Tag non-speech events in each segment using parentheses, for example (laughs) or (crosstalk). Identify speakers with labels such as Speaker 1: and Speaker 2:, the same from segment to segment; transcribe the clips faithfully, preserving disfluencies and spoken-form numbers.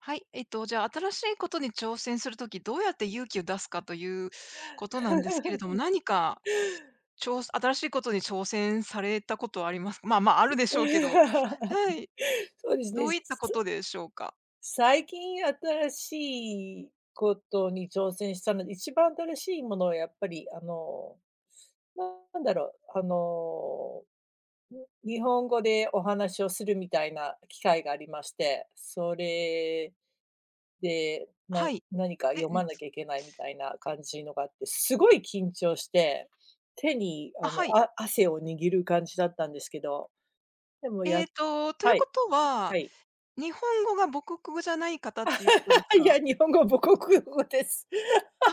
Speaker 1: はい。えっと、じゃあ、新しいことに挑戦するとき、どうやって勇気を出すかということなんですけれども、何か、ちょう新しいことに挑戦されたことはありますか？まあまあ、あるで
Speaker 2: (laughs)
Speaker 1: しょうけど。はい。
Speaker 2: そうです
Speaker 1: ど
Speaker 2: ね。
Speaker 1: ういった
Speaker 2: す
Speaker 1: ことでしょうか？
Speaker 2: 最近新しいことに挑戦したので、一番新しいものはやっぱりあの、なんだろう、あの、に日本語でお話をするみたいな機会がありまして、それで、な
Speaker 1: はい。
Speaker 2: 何か
Speaker 1: え、
Speaker 2: 読ま
Speaker 1: ん、
Speaker 2: なきゃいけないみたいな感じのがあって、すごい緊張して、手に
Speaker 1: あ、
Speaker 2: あの、
Speaker 1: はい。
Speaker 2: あ汗を握る感じだったんですけど、でもや
Speaker 1: えっと、とい
Speaker 2: は
Speaker 1: うこ
Speaker 2: い、
Speaker 1: と
Speaker 2: は
Speaker 1: は、
Speaker 2: い。
Speaker 1: 日本語が母国語じゃない方っていうことです
Speaker 2: いや、
Speaker 1: か？
Speaker 2: 日本語は母国語です。(laughs)
Speaker 1: あ、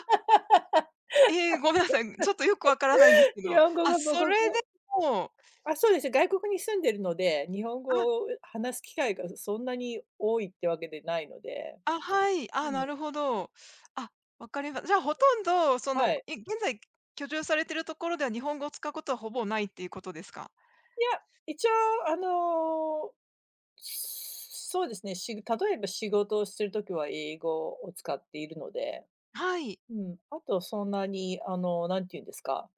Speaker 1: ええ、ごめんなさい。ちょっとよくわからないんですけ
Speaker 2: 日
Speaker 1: ど。
Speaker 2: 本語
Speaker 1: あ、
Speaker 2: が母
Speaker 1: そ
Speaker 2: 国
Speaker 1: れで
Speaker 2: 語
Speaker 1: もう
Speaker 2: あ、そうです。外国に住んでるので、日本
Speaker 1: あ、
Speaker 2: 語を話す機会がそんなに多いってわけでないので。
Speaker 1: あ、はい。
Speaker 2: う
Speaker 1: あ、な
Speaker 2: ん。
Speaker 1: るほど。あ、わかりまじゃあ、ほとんど、そ
Speaker 2: は
Speaker 1: の、
Speaker 2: い。
Speaker 1: い現在居住されてるところでは、日本語を使うことはほぼないっていうことですか？
Speaker 2: いや、一応あの、そうですね、し例えば仕事をしてる時は英語を使っているので、
Speaker 1: はい。
Speaker 2: うん、あとそんなにあの、なんて言うんですか、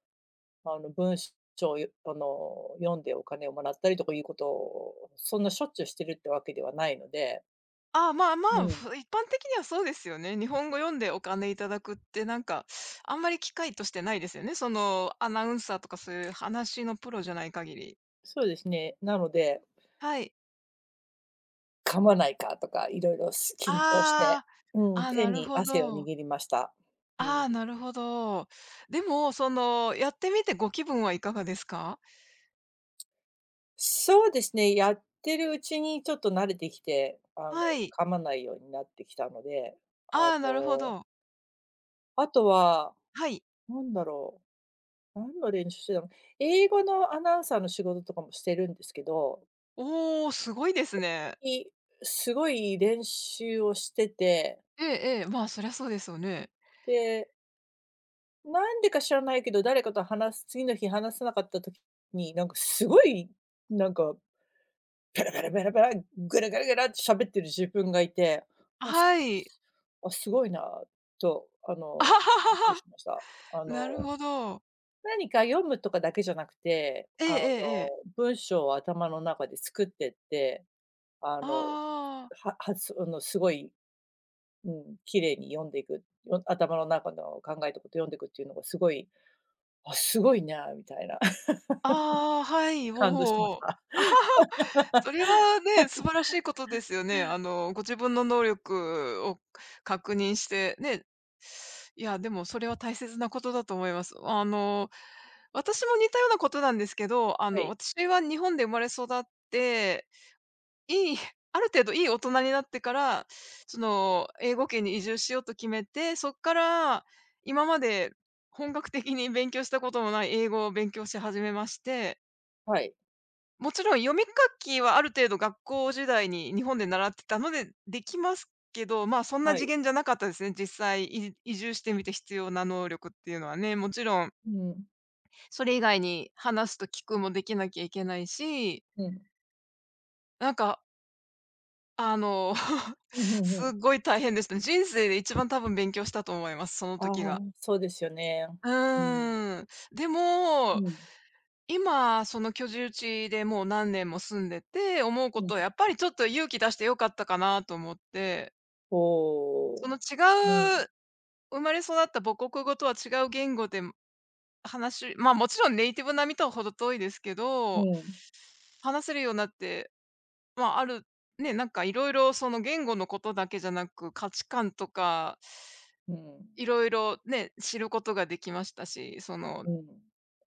Speaker 2: あの、文章をあの、読んでお金をもらったりとかいうことを、そんなしょっちゅうしてるってわけではないので、
Speaker 1: あまあま
Speaker 2: う
Speaker 1: あ、
Speaker 2: ん。
Speaker 1: ふ一般的にはそうですよね。日本語読んでお金いただくって、なんか、あんまり機会としてないですよね。その、アナウンサーとかそういう話のプロじゃない限り。
Speaker 2: そうですね。なので、
Speaker 1: はい。
Speaker 2: 噛まないかとか、いろいろす緊張して、
Speaker 1: あ
Speaker 2: う
Speaker 1: あ、
Speaker 2: ん、
Speaker 1: ああ、
Speaker 2: 手
Speaker 1: なる
Speaker 2: に
Speaker 1: ほ
Speaker 2: 汗を握
Speaker 1: ど。
Speaker 2: りました。うん。
Speaker 1: ああ、なるほど。でも、その、やってみてご気分はいかがですか？
Speaker 2: そうですね、やってるうちにちょっと慣れてきて、あの、
Speaker 1: はい。
Speaker 2: 噛まないようになってきたので、あ
Speaker 1: ああ、なるほ
Speaker 2: の、
Speaker 1: ど。
Speaker 2: あとは、
Speaker 1: はい。
Speaker 2: なんだろう、何の練習してたの、英語のアナウンサーの仕事とかもしてるんですけど、
Speaker 1: おお、すごいですね。
Speaker 2: いすごい練習をしてて、
Speaker 1: ええええ、まあ、そりゃそうですよね。
Speaker 2: でなんでか知らないけど、誰かと話す次の日話せなかった時に、なんかすごい、なんか、ベラベラベラ、ぐらぐらぐらって喋ってる自分がいて、あ、
Speaker 1: はい。
Speaker 2: すあ、すごいなと、あ
Speaker 1: あ
Speaker 2: の、
Speaker 1: は
Speaker 2: びっくり
Speaker 1: は
Speaker 2: し
Speaker 1: は
Speaker 2: ました。あの、
Speaker 1: なるほど。
Speaker 2: 何か読むとかだけじゃなくて、
Speaker 1: ええ
Speaker 2: あ
Speaker 1: え
Speaker 2: の、
Speaker 1: えええ。
Speaker 2: 文章を頭の中で作ってって、あの、
Speaker 1: ああ、
Speaker 2: ははつあの、すごい、うん、綺麗に読んでいく、よ頭の中の考えたこと読んでいくっていうのがすごい、あ、すごいなみたいな。
Speaker 1: ああ、はい、お
Speaker 2: 感動しまし
Speaker 1: お
Speaker 2: た。
Speaker 1: あはは。それはね、素晴らしいことですよね。あの、ご自分の能力を確認して、ね、いや、でもそれは大切なことだと思います。あの、私も似たようなことなんですけど、あ
Speaker 2: は
Speaker 1: の、
Speaker 2: い、
Speaker 1: 私は日本で生まれ育っていいある程度いい大人になってから、その、英語圏に移住しようと決めて、そっから今まで本格的に勉強したこともない英語を勉強し始めまして、
Speaker 2: はい、
Speaker 1: もちろん読み書きはある程度学校時代に日本で習ってたのでできますけど、まあ、そんな
Speaker 2: は
Speaker 1: 次
Speaker 2: い。
Speaker 1: 元じゃなかったですね。実際、い移住してみて必要な能力っていうのはね、もちろん
Speaker 2: うん、
Speaker 1: それ以外に話すと聞くもできなきゃいけないし、
Speaker 2: うん。
Speaker 1: なんかあの、(laughs)
Speaker 2: うん、ふんふ
Speaker 1: す
Speaker 2: ん。
Speaker 1: っごい大変でしたね。人生で一番多分勉強したと思います、その時
Speaker 2: ああ、
Speaker 1: が。
Speaker 2: そうですよね。
Speaker 1: う
Speaker 2: うん。
Speaker 1: ーん。で
Speaker 2: う
Speaker 1: も、
Speaker 2: ん、
Speaker 1: 今、その居住地でもう何年も住んでて、思うこ
Speaker 2: うん。
Speaker 1: とはやっぱりちょっと勇気出してよかったかなと思って、
Speaker 2: お
Speaker 1: その
Speaker 2: う。う
Speaker 1: 違
Speaker 2: ん、
Speaker 1: う、生まれ育った母国語とは違う言語で話まあ、もちろんネイティブ並みとは程遠いですけ
Speaker 2: う
Speaker 1: ど、
Speaker 2: ん、
Speaker 1: 話せるようになって、まあ、あるね、なんかいろいろその言語のことだけじゃなく、価値観とか
Speaker 2: うん、
Speaker 1: いろいろね、知ることができましたし、その、
Speaker 2: うん、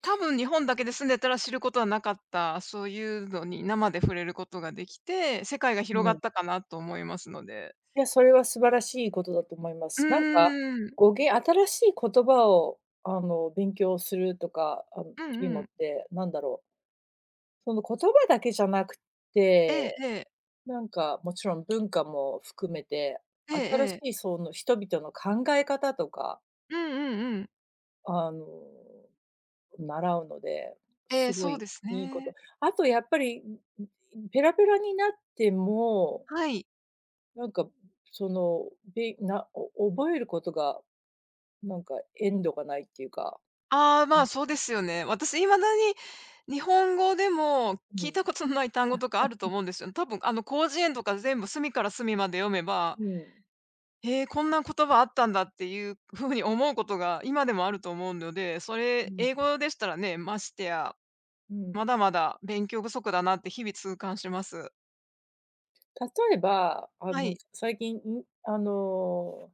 Speaker 1: 多分日本だけで住んでたら知ることはなかった、そういうのに生で触れることができて、世界が
Speaker 2: う
Speaker 1: 広がっ
Speaker 2: ん。
Speaker 1: たかなと思いますので。
Speaker 2: いや、それは素晴らしいことだと思いま
Speaker 1: う
Speaker 2: す。なんか、
Speaker 1: ーん。
Speaker 2: 語源新しい言葉を、あの、勉強するとか、あの、っ
Speaker 1: う
Speaker 2: ていう
Speaker 1: んう
Speaker 2: のっ
Speaker 1: ん。
Speaker 2: て、なんだろう、その言葉だけじゃなく
Speaker 1: ええ
Speaker 2: て
Speaker 1: ええ。
Speaker 2: なんか、もちろん文化も含めて、
Speaker 1: ええ
Speaker 2: 新し
Speaker 1: ええ。
Speaker 2: いその人々の考え方とか、
Speaker 1: うんうんうん。
Speaker 2: あの、習うので、
Speaker 1: え
Speaker 2: す
Speaker 1: え、
Speaker 2: ご
Speaker 1: そう
Speaker 2: い
Speaker 1: です
Speaker 2: いいこと。
Speaker 1: ね。
Speaker 2: あとやっぱり、んんペラペラになっても、
Speaker 1: はい。
Speaker 2: なんかその、べなお覚えることがなんか限度がないっていうか、
Speaker 1: ああ、
Speaker 2: う
Speaker 1: ま
Speaker 2: ん、
Speaker 1: あ、そうですよね。私未だに日本語でも
Speaker 2: う
Speaker 1: 聞い
Speaker 2: ん、
Speaker 1: たことのない単語とかあると思うんですよ。多分あの広辞苑とか全部隅から隅まで読めば
Speaker 2: うん、
Speaker 1: へえ、こんな言葉あったんだっていう風に思うことが今でもあると思うので、そ
Speaker 2: う
Speaker 1: れ
Speaker 2: ん、
Speaker 1: 英語でしたらね、ましてや、
Speaker 2: うん。
Speaker 1: まだまだ勉強不足だなって日々痛感します。
Speaker 2: 例えば、あ
Speaker 1: は
Speaker 2: の、
Speaker 1: い。
Speaker 2: 最近、んあの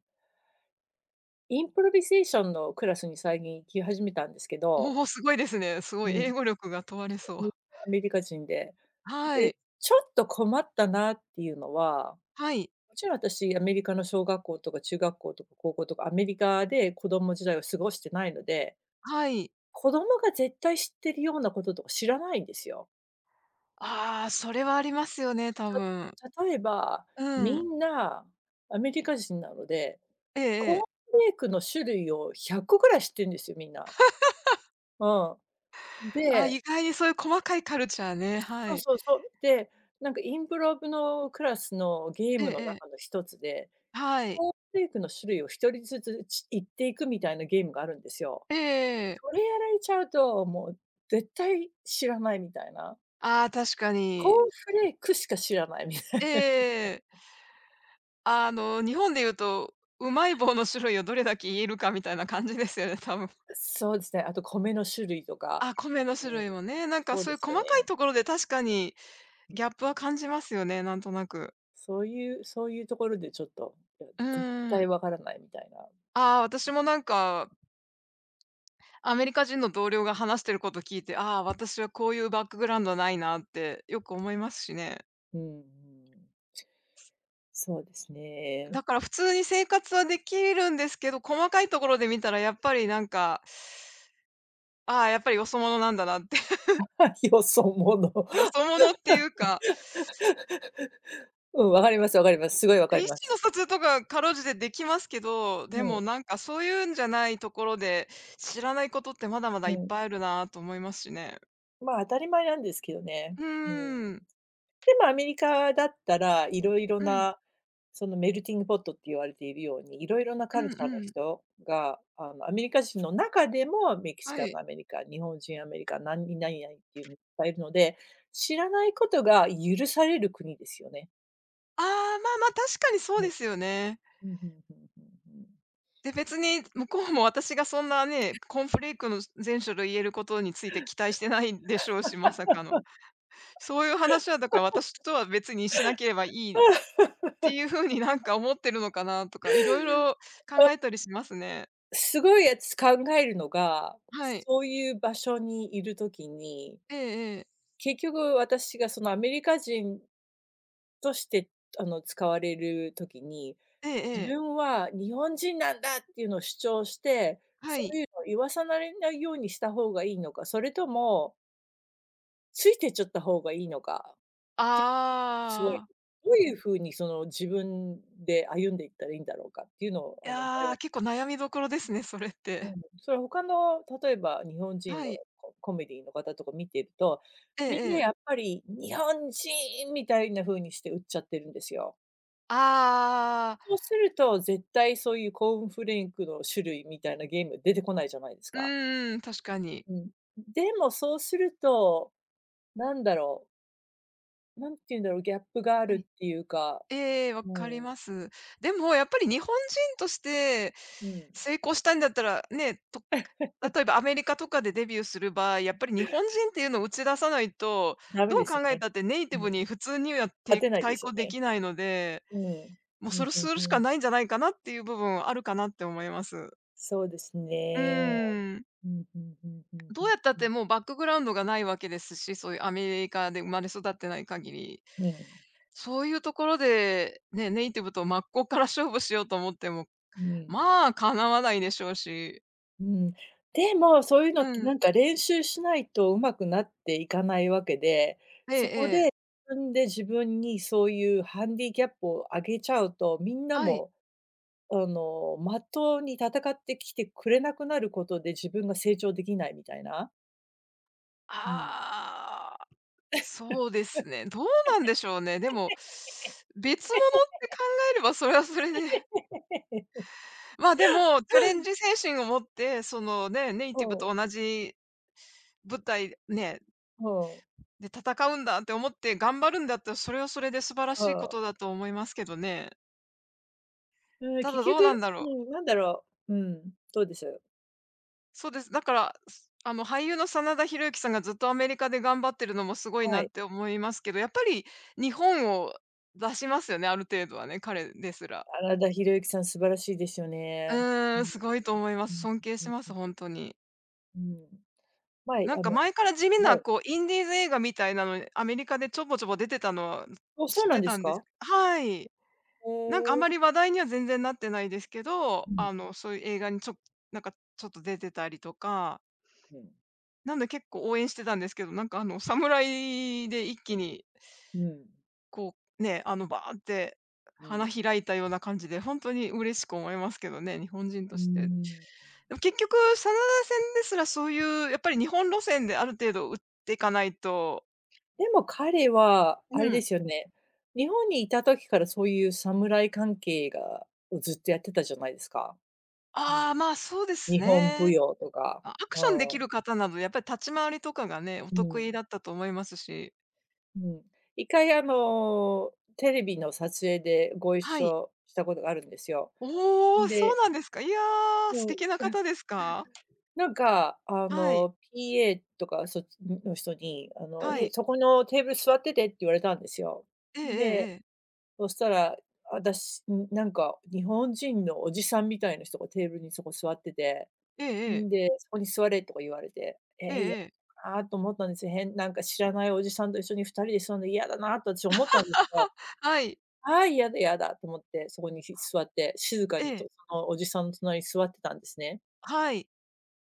Speaker 2: インプロビゼーションのクラスに最近行き始めたんですけど、
Speaker 1: おお、すごいですね。す
Speaker 2: う
Speaker 1: ごい
Speaker 2: ん、
Speaker 1: 英語力が問われそう。
Speaker 2: アメリカ人で。
Speaker 1: は
Speaker 2: で、
Speaker 1: い。
Speaker 2: ちょっと困ったなっていうのは、
Speaker 1: はい。
Speaker 2: もちろん私アメリカの小学校とか中学校とか高校とかアメリカで子供時代を過ごしてないので、
Speaker 1: はい。
Speaker 2: 子供が絶対知ってるようなこととか知らないんですよ。
Speaker 1: ああ、それはありますよね、多分。
Speaker 2: た例えば、
Speaker 1: う
Speaker 2: み
Speaker 1: ん。
Speaker 2: んなアメリカ人なので、
Speaker 1: ええ
Speaker 2: コーン
Speaker 1: ええ。
Speaker 2: フレークの種類をひゃっこぐらい知ってるんですよ、みんな。うん。
Speaker 1: ああ、
Speaker 2: で、
Speaker 1: 意外にそういう細かいカルチャーね、
Speaker 2: そ
Speaker 1: は
Speaker 2: う
Speaker 1: い。
Speaker 2: そうそう。で、なんかインプロブのクラスのゲー
Speaker 1: ええ
Speaker 2: ムの
Speaker 1: ええ。
Speaker 2: 中の一つで、
Speaker 1: はい。
Speaker 2: コーンフレークの種類を一人ずつち言っていくみたいなゲームがあるんですよ。
Speaker 1: ええ
Speaker 2: それやられちゃうと、もう絶対知らないみたいな。
Speaker 1: ああ、確か
Speaker 2: コー
Speaker 1: に。
Speaker 2: ンフレークしか知らないみた
Speaker 1: え
Speaker 2: いな。
Speaker 1: ええ。あの、日本で言うと、うまい棒の種類をどれだけ言えるかみたいな感じですよね、多分。(laughs)
Speaker 2: (laughs) そうですね、あと米の種類とか。
Speaker 1: あ、米の
Speaker 2: うん、
Speaker 1: 種類もね、なんか
Speaker 2: そう
Speaker 1: そう
Speaker 2: で
Speaker 1: いう
Speaker 2: すよ
Speaker 1: 細かい
Speaker 2: ね。
Speaker 1: ところで確かに
Speaker 2: うん。
Speaker 1: ギャップは感じますよね、なんとなく。
Speaker 2: そういうそういうところでちょっと、いや、
Speaker 1: う
Speaker 2: 絶
Speaker 1: ー
Speaker 2: 対
Speaker 1: ん。
Speaker 2: わからないみたいな。
Speaker 1: ああ、私もなんか、アメリカ人の同僚が話してること聞いて、ああ、私はこういうバックグラウンドないなってよく思いますしね。
Speaker 2: うんうん。そうですね。
Speaker 1: だから普通に生活はできるんですけど、細かいところで見たらやっぱりなんか、ああ、やっぱりよそ者なんだなって。(laughs)
Speaker 2: (laughs) 予想もの。
Speaker 1: よそ者っていうか
Speaker 2: うん、分かります分かります。すごい分
Speaker 1: あ、
Speaker 2: か
Speaker 1: 意
Speaker 2: り
Speaker 1: 思
Speaker 2: ます。
Speaker 1: の疎通とかかろうじてできますけど、で
Speaker 2: うん、
Speaker 1: もなんかそういうんじゃないところで、知らないことってまだまだ
Speaker 2: う
Speaker 1: いっ
Speaker 2: ん。
Speaker 1: ぱいあるなと思いますしね。
Speaker 2: まあ、当たり前なんですけどね。
Speaker 1: う
Speaker 2: う
Speaker 1: ー
Speaker 2: ん。
Speaker 1: ん。
Speaker 2: でもアメリカだったら、いろいろ
Speaker 1: うん。
Speaker 2: な、そのメルティングポットって言われているように、いろいろな
Speaker 1: う
Speaker 2: カル
Speaker 1: ん
Speaker 2: チャーの
Speaker 1: うん。
Speaker 2: 人が、あの、アメリカ人の中でもメキシ
Speaker 1: は
Speaker 2: カン
Speaker 1: い。
Speaker 2: のアメリカ日本人アメリカ何何々何々っていうのいっぱいいるので、知らないことが許される国ですよね。
Speaker 1: ああ、まあまあ、確かにそ
Speaker 2: う
Speaker 1: う
Speaker 2: ん。
Speaker 1: ですよね。
Speaker 2: うん、うんうんうん、
Speaker 1: で、別に向こうも私がそんなね、コーンフレークの全種類言えることについて期待してないでしょうし、まさかの。そういう話はだから私とは別にしなければいいっていう風になんか思ってるのかなとか、いろいろ考えたりしますね。
Speaker 2: すごいやつ考えるのが、
Speaker 1: はい。
Speaker 2: そういう場所にいる時に
Speaker 1: ええええ。
Speaker 2: 結局私がそのアメリカ人として、あの、使われる時に、
Speaker 1: えええ
Speaker 2: 自
Speaker 1: え。
Speaker 2: 分は日本人なんだっていうのを主張して、
Speaker 1: は
Speaker 2: そう
Speaker 1: い。
Speaker 2: いうのを言わさなれないようにした方がいいのか、それともついてっちゃった方がいいのか、すごい、
Speaker 1: ああ。
Speaker 2: どういうふうにその自分で歩んでいったらいいんだろうかっていうのを、
Speaker 1: い
Speaker 2: あの、迷
Speaker 1: や、結構悩みどころですね、それっ
Speaker 2: うん、
Speaker 1: て。
Speaker 2: それ他の例えば日本人
Speaker 1: は
Speaker 2: の
Speaker 1: い。
Speaker 2: ココメディの方とか見てると、
Speaker 1: ええ
Speaker 2: みんな
Speaker 1: ええ。
Speaker 2: やっぱり「日本人！」みたいな風にして売っちゃってるんですよ。
Speaker 1: ああ、
Speaker 2: そうすると、絶対そういうコーンフレークの種類みたいなゲーム出てこないじゃないです
Speaker 1: う
Speaker 2: か。
Speaker 1: んん、確かに。
Speaker 2: うん。でもそうすると、なんだろう、なんて言うんだろう、ギャップがあ
Speaker 1: はい。
Speaker 2: るっていうか、
Speaker 1: ええ、わ
Speaker 2: う
Speaker 1: かり
Speaker 2: ん、
Speaker 1: ます。でもやっぱり日本人として
Speaker 2: うん、
Speaker 1: 成功したいんだったら、ね、と例えばアメリカとかでデビューする場合、やっぱり日本人っていうのを打ち出さないと、
Speaker 2: ダメ
Speaker 1: どう
Speaker 2: です
Speaker 1: 考え
Speaker 2: ね。
Speaker 1: たってネイテ
Speaker 2: う
Speaker 1: ィ
Speaker 2: ん、
Speaker 1: ブに普通には
Speaker 2: 勝
Speaker 1: て
Speaker 2: てないで
Speaker 1: 対
Speaker 2: すよ
Speaker 1: 抗で
Speaker 2: ね。
Speaker 1: きないので
Speaker 2: うん。
Speaker 1: もう
Speaker 2: う
Speaker 1: そ
Speaker 2: ん
Speaker 1: れ
Speaker 2: うん
Speaker 1: す
Speaker 2: う
Speaker 1: るしか
Speaker 2: ん。
Speaker 1: ないんじゃないかなっていう部分はあるかなって思います。
Speaker 2: そうです
Speaker 1: う
Speaker 2: ね。
Speaker 1: ーん。
Speaker 2: うん、うんうんうんう
Speaker 1: どう
Speaker 2: ん
Speaker 1: やったっ
Speaker 2: う
Speaker 1: て
Speaker 2: ん。
Speaker 1: もうバックグラウンドがないわけですし、そういうアメリカで生まれ育ってない限り、
Speaker 2: うん、
Speaker 1: そういうところで、ね、ネイティブと真っ向から勝負しようと思っても、
Speaker 2: うん、
Speaker 1: まあ、叶わないでしょうし。
Speaker 2: うん。でも、そういうのっ
Speaker 1: う
Speaker 2: て
Speaker 1: ん。
Speaker 2: なんか練習しないとうまくなっていかないわけで、
Speaker 1: ええ
Speaker 2: そこで
Speaker 1: ええ。
Speaker 2: 自分で自分にそういうハンディキャップを上げちゃうと、みんな
Speaker 1: はい。
Speaker 2: も、あの、まっとうに戦ってきてくれなくなることで自分が成長できないみたいな。うん
Speaker 1: ああ、そうですね。どうなんでしょうね。でも、別物
Speaker 2: (laughs)。
Speaker 1: って考えればそれはそれでま、でも、チャレンジ精神を持って、そのね、ネイティブ
Speaker 2: そ
Speaker 1: と同じ舞台ね、
Speaker 2: う、そう、
Speaker 1: で戦うんだって思って頑張るんだったら、それはそれで素晴ら
Speaker 2: そ
Speaker 1: しいこ
Speaker 2: う。
Speaker 1: とだと思いますけどね。
Speaker 2: うん、
Speaker 1: た
Speaker 2: 結
Speaker 1: だどうなん
Speaker 2: 局、
Speaker 1: だろ
Speaker 2: う
Speaker 1: う。
Speaker 2: ん、なんだろう、うん、どうです？
Speaker 1: そうです。だから、すあの、俳優の真田広之さんがずっとアメリカで頑張ってるのもすごい
Speaker 2: は
Speaker 1: なっ
Speaker 2: い。
Speaker 1: て思いますけど、やっぱり日本を出しますよね、ある程度はね、彼ですら。
Speaker 2: 原田博之さん、素晴らしいですよ
Speaker 1: う
Speaker 2: ね。う
Speaker 1: ーん、
Speaker 2: ん。
Speaker 1: すごいと思います。尊敬
Speaker 2: う
Speaker 1: し
Speaker 2: ん、
Speaker 1: ま
Speaker 2: うん、
Speaker 1: す、本当に。
Speaker 2: うん、うん。前、
Speaker 1: なん
Speaker 2: あ
Speaker 1: か
Speaker 2: の
Speaker 1: 前から地味
Speaker 2: は
Speaker 1: な、
Speaker 2: い。
Speaker 1: こう、インディーズ映画みたいなのに、アメリカでちょぼちょぼ出てたのは
Speaker 2: あ、そ
Speaker 1: 知
Speaker 2: う
Speaker 1: っ
Speaker 2: なん
Speaker 1: て
Speaker 2: です
Speaker 1: たんで
Speaker 2: か？
Speaker 1: すはい。
Speaker 2: へ
Speaker 1: なんかあん
Speaker 2: え。
Speaker 1: まり話題には全然なってないですけど、
Speaker 2: うん、
Speaker 1: あの、そういう映画にちょなんかちょっと出てたりとか、
Speaker 2: うん、
Speaker 1: なんで結構応援してたんですけど、なんかあの、侍で一気に、
Speaker 2: うん、
Speaker 1: こう、ね、あの、バーって
Speaker 2: う
Speaker 1: 花
Speaker 2: ん。
Speaker 1: 開いたような感じで、本当に嬉しく思いますけどね、日本人として。でも結局、真田戦ですらそういうやっぱり日本路線である程度打っていかないと
Speaker 2: でも彼はあれ
Speaker 1: う
Speaker 2: で
Speaker 1: ん。
Speaker 2: すよね、日本にいた時からそういう侍関係がをずっとやってたじゃないですか。う
Speaker 1: ああ、
Speaker 2: ん。
Speaker 1: まあ、そうです
Speaker 2: 日本舞
Speaker 1: ね。
Speaker 2: 踊とか、
Speaker 1: あ、アク
Speaker 2: う
Speaker 1: ションでき
Speaker 2: ん、
Speaker 1: る方などやっぱり立ち回りとかがね、お
Speaker 2: う
Speaker 1: 得意
Speaker 2: ん、
Speaker 1: だったと思いますし。
Speaker 2: うん。一回あの、テレビの撮影でご一
Speaker 1: はい。
Speaker 2: 緒したことがあるんですよ。
Speaker 1: おお、そう
Speaker 2: で、
Speaker 1: なんですか。いやー、
Speaker 2: う
Speaker 1: 素
Speaker 2: ん
Speaker 1: 敵な方ですか？
Speaker 2: なんか、あ
Speaker 1: はい、
Speaker 2: の、ピーエー とかそっちの人に、あの、
Speaker 1: は
Speaker 2: 「へ、
Speaker 1: い。
Speaker 2: そこのテーブル座ってて」って言われたんですよ。
Speaker 1: えええ
Speaker 2: で、
Speaker 1: えええ。
Speaker 2: そしたら、私、ん、なんか日本人のおじさんみたいな人がテーブルにそこ座ってて、
Speaker 1: ええええ。
Speaker 2: んで、「そこに座れ」とか言われて、え
Speaker 1: え
Speaker 2: ー、嫌
Speaker 1: え
Speaker 2: だなと思ったんですよ。変なんか知らないおじさんと一緒に二人で座るの嫌だなと私思ったんですよ。
Speaker 1: はい。
Speaker 2: ああ、嫌だ嫌だと思って、そこにひ座って、静か
Speaker 1: え
Speaker 2: にと
Speaker 1: え。
Speaker 2: そのおじさんの隣に座ってたんですね。
Speaker 1: はい。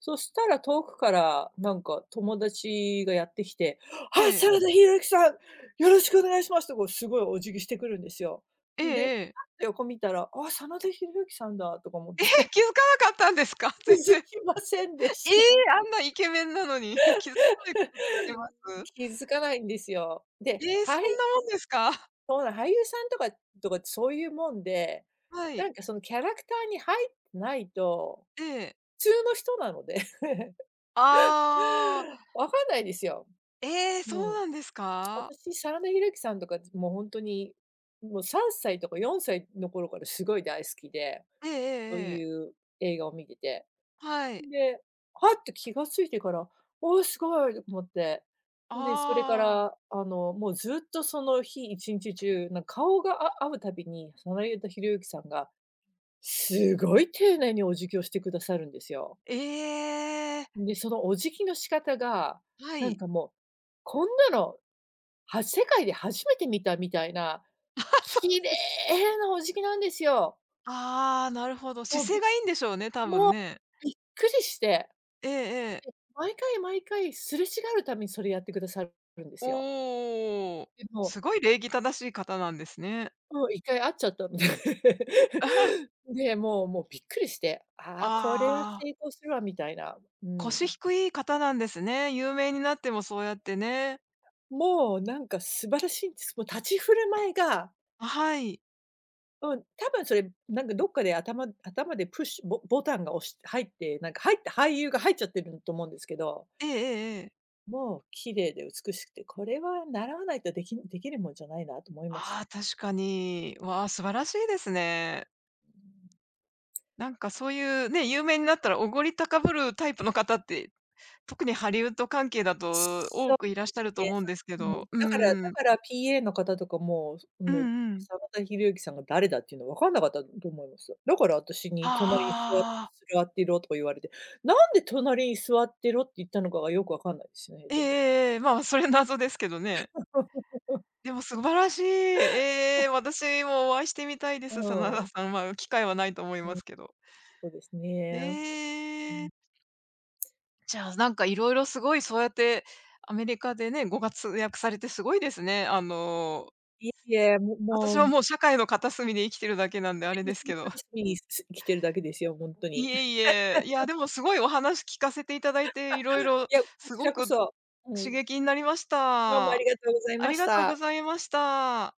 Speaker 2: そしたら遠くからなんか友達がやってきて、
Speaker 1: え
Speaker 2: 「あ、う
Speaker 1: え。
Speaker 2: 真ん。田広之さん、よろしくお願いします」とこうすごいお辞儀してくるんですよ。
Speaker 1: ええ
Speaker 2: で、
Speaker 1: ええ。え、
Speaker 2: パッと横見たら、「あ、真田広之さんだ」とかも
Speaker 1: (laughs) 気づかなかったんですか？(laughs)
Speaker 2: 気
Speaker 1: 全
Speaker 2: づ
Speaker 1: 然。
Speaker 2: きませんで
Speaker 1: え
Speaker 2: し
Speaker 1: え、
Speaker 2: た。
Speaker 1: あんなイケメンなのに (laughs)、気づかないことってあ
Speaker 2: (laughs)
Speaker 1: ります？
Speaker 2: 気づかないんですよ。で、
Speaker 1: ええ、そ
Speaker 2: は
Speaker 1: ん
Speaker 2: い、
Speaker 1: なもんですか？(laughs)
Speaker 2: そうな俳優さんとかとかそういうもんで、
Speaker 1: は
Speaker 2: な
Speaker 1: い。
Speaker 2: んかそのキャラクターに入ってないと、
Speaker 1: ええ。
Speaker 2: 普通の人なので、(laughs)
Speaker 1: ああ。
Speaker 2: わかんないですよ。
Speaker 1: ええ、そ
Speaker 2: う
Speaker 1: う
Speaker 2: ん。
Speaker 1: なんですか？
Speaker 2: 私、真田広之さんとか、もう本当に、もうさんさいとかよんさいの頃からすごい大好きで、
Speaker 1: ええええ
Speaker 2: そう
Speaker 1: え
Speaker 2: い
Speaker 1: え。
Speaker 2: う映画を見てて。
Speaker 1: はい。
Speaker 2: で、はって気がついてから、おお、すごいと思って。で、それか
Speaker 1: ああ、
Speaker 2: ら、あの、もうずっとその日一日中、なんか顔があ合うたびに、真田広之さんが、すごい丁寧にお辞儀をしてくださるんですよ。
Speaker 1: ええ、
Speaker 2: で、そのお辞儀の仕方が、
Speaker 1: は
Speaker 2: なん
Speaker 1: い。
Speaker 2: かもう、こんなの、は世界で初めて見たみたいな綺
Speaker 1: (laughs)
Speaker 2: 麗なお辞儀なんですよ。
Speaker 1: ああ、なるほど。
Speaker 2: も
Speaker 1: 姿
Speaker 2: う、
Speaker 1: 勢
Speaker 2: び
Speaker 1: がいいんでしょうね、多
Speaker 2: も
Speaker 1: 分
Speaker 2: う、
Speaker 1: ね。
Speaker 2: びっくりして、
Speaker 1: ええええ。
Speaker 2: 毎回毎回すれ違うためにそれやってくださるんですよ。
Speaker 1: おお、
Speaker 2: で、もう、
Speaker 1: すごい礼儀正しい方なんですね。
Speaker 2: うん、回会っちゃったので。(laughs)
Speaker 1: (laughs)
Speaker 2: で、もうもうびっくりして、ああ、これは
Speaker 1: ああ、
Speaker 2: 成功するわみたいな。う
Speaker 1: 腰
Speaker 2: ん。
Speaker 1: 低い方なんですね。有名になってもそうやってね。
Speaker 2: もうなんか素晴らしいんです。もう立ち振る舞いが、
Speaker 1: あ、はい。
Speaker 2: うん、多分それ、なんかどっかで頭頭でプッシュボボタンが押し入って、なんか入った俳優が入っちゃってると思うんですけど。
Speaker 1: ええええええ。
Speaker 2: もう綺麗で美しくて、これは習わないとできできるもんじゃないなと思いました。
Speaker 1: ああ、確かに。わあ、素晴らしいですね。なんかそういうね、有名になったらおごり高ぶるタイプの方って、特にハリウッド関係だと
Speaker 2: そ
Speaker 1: 多
Speaker 2: う
Speaker 1: くいらっ
Speaker 2: で
Speaker 1: し
Speaker 2: す
Speaker 1: ゃると
Speaker 2: ね。
Speaker 1: 思うん
Speaker 2: そ
Speaker 1: ですけ
Speaker 2: うん、
Speaker 1: ど、う
Speaker 2: だから
Speaker 1: ー
Speaker 2: だ
Speaker 1: ん。
Speaker 2: から ピーエー の方とかも、そ
Speaker 1: う
Speaker 2: の、
Speaker 1: んうん。
Speaker 2: 沢田博幸さんが誰だっていうの分かんなかったと思います。だから私に隣に
Speaker 1: ああ。
Speaker 2: 座座ってろとか言われて、なんで隣に座ってろって言ったのかがよくわかんないですね、
Speaker 1: えええ
Speaker 2: でも。
Speaker 1: えええ、まあ、それ謎ですけどね。
Speaker 2: (laughs)
Speaker 1: でも素晴らしい。ええ、私もお会いしてみたいで
Speaker 2: う
Speaker 1: す、真
Speaker 2: ん、
Speaker 1: 田さんは。機会はないと思い
Speaker 2: う
Speaker 1: ま
Speaker 2: ん、
Speaker 1: すけど。
Speaker 2: そうですね。う
Speaker 1: え
Speaker 2: ん。
Speaker 1: え。じゃあ、なんか色々すごいそうやってアメリカでね、ご活躍されてすごいですね。あの、
Speaker 2: いえいえ、も
Speaker 1: 私
Speaker 2: も
Speaker 1: は
Speaker 2: う、
Speaker 1: もう社会の片隅で生きてるだけなんであ
Speaker 2: い
Speaker 1: れ
Speaker 2: や、
Speaker 1: で
Speaker 2: 私
Speaker 1: す
Speaker 2: も
Speaker 1: けど。
Speaker 2: 悲しみにす来てるだけですよ、ほんと
Speaker 1: い
Speaker 2: に。
Speaker 1: えいえ、いや、でもすごいお話聞かせていただいて、いろい
Speaker 2: い
Speaker 1: ろ
Speaker 2: や、こ
Speaker 1: す
Speaker 2: ち
Speaker 1: ご
Speaker 2: らこ
Speaker 1: く
Speaker 2: そ。う
Speaker 1: 刺
Speaker 2: ん。
Speaker 1: 激になりまし
Speaker 2: どうもあ
Speaker 1: た。
Speaker 2: り
Speaker 1: あ
Speaker 2: がとうございま
Speaker 1: り
Speaker 2: し
Speaker 1: がとうご
Speaker 2: た。
Speaker 1: ざいました。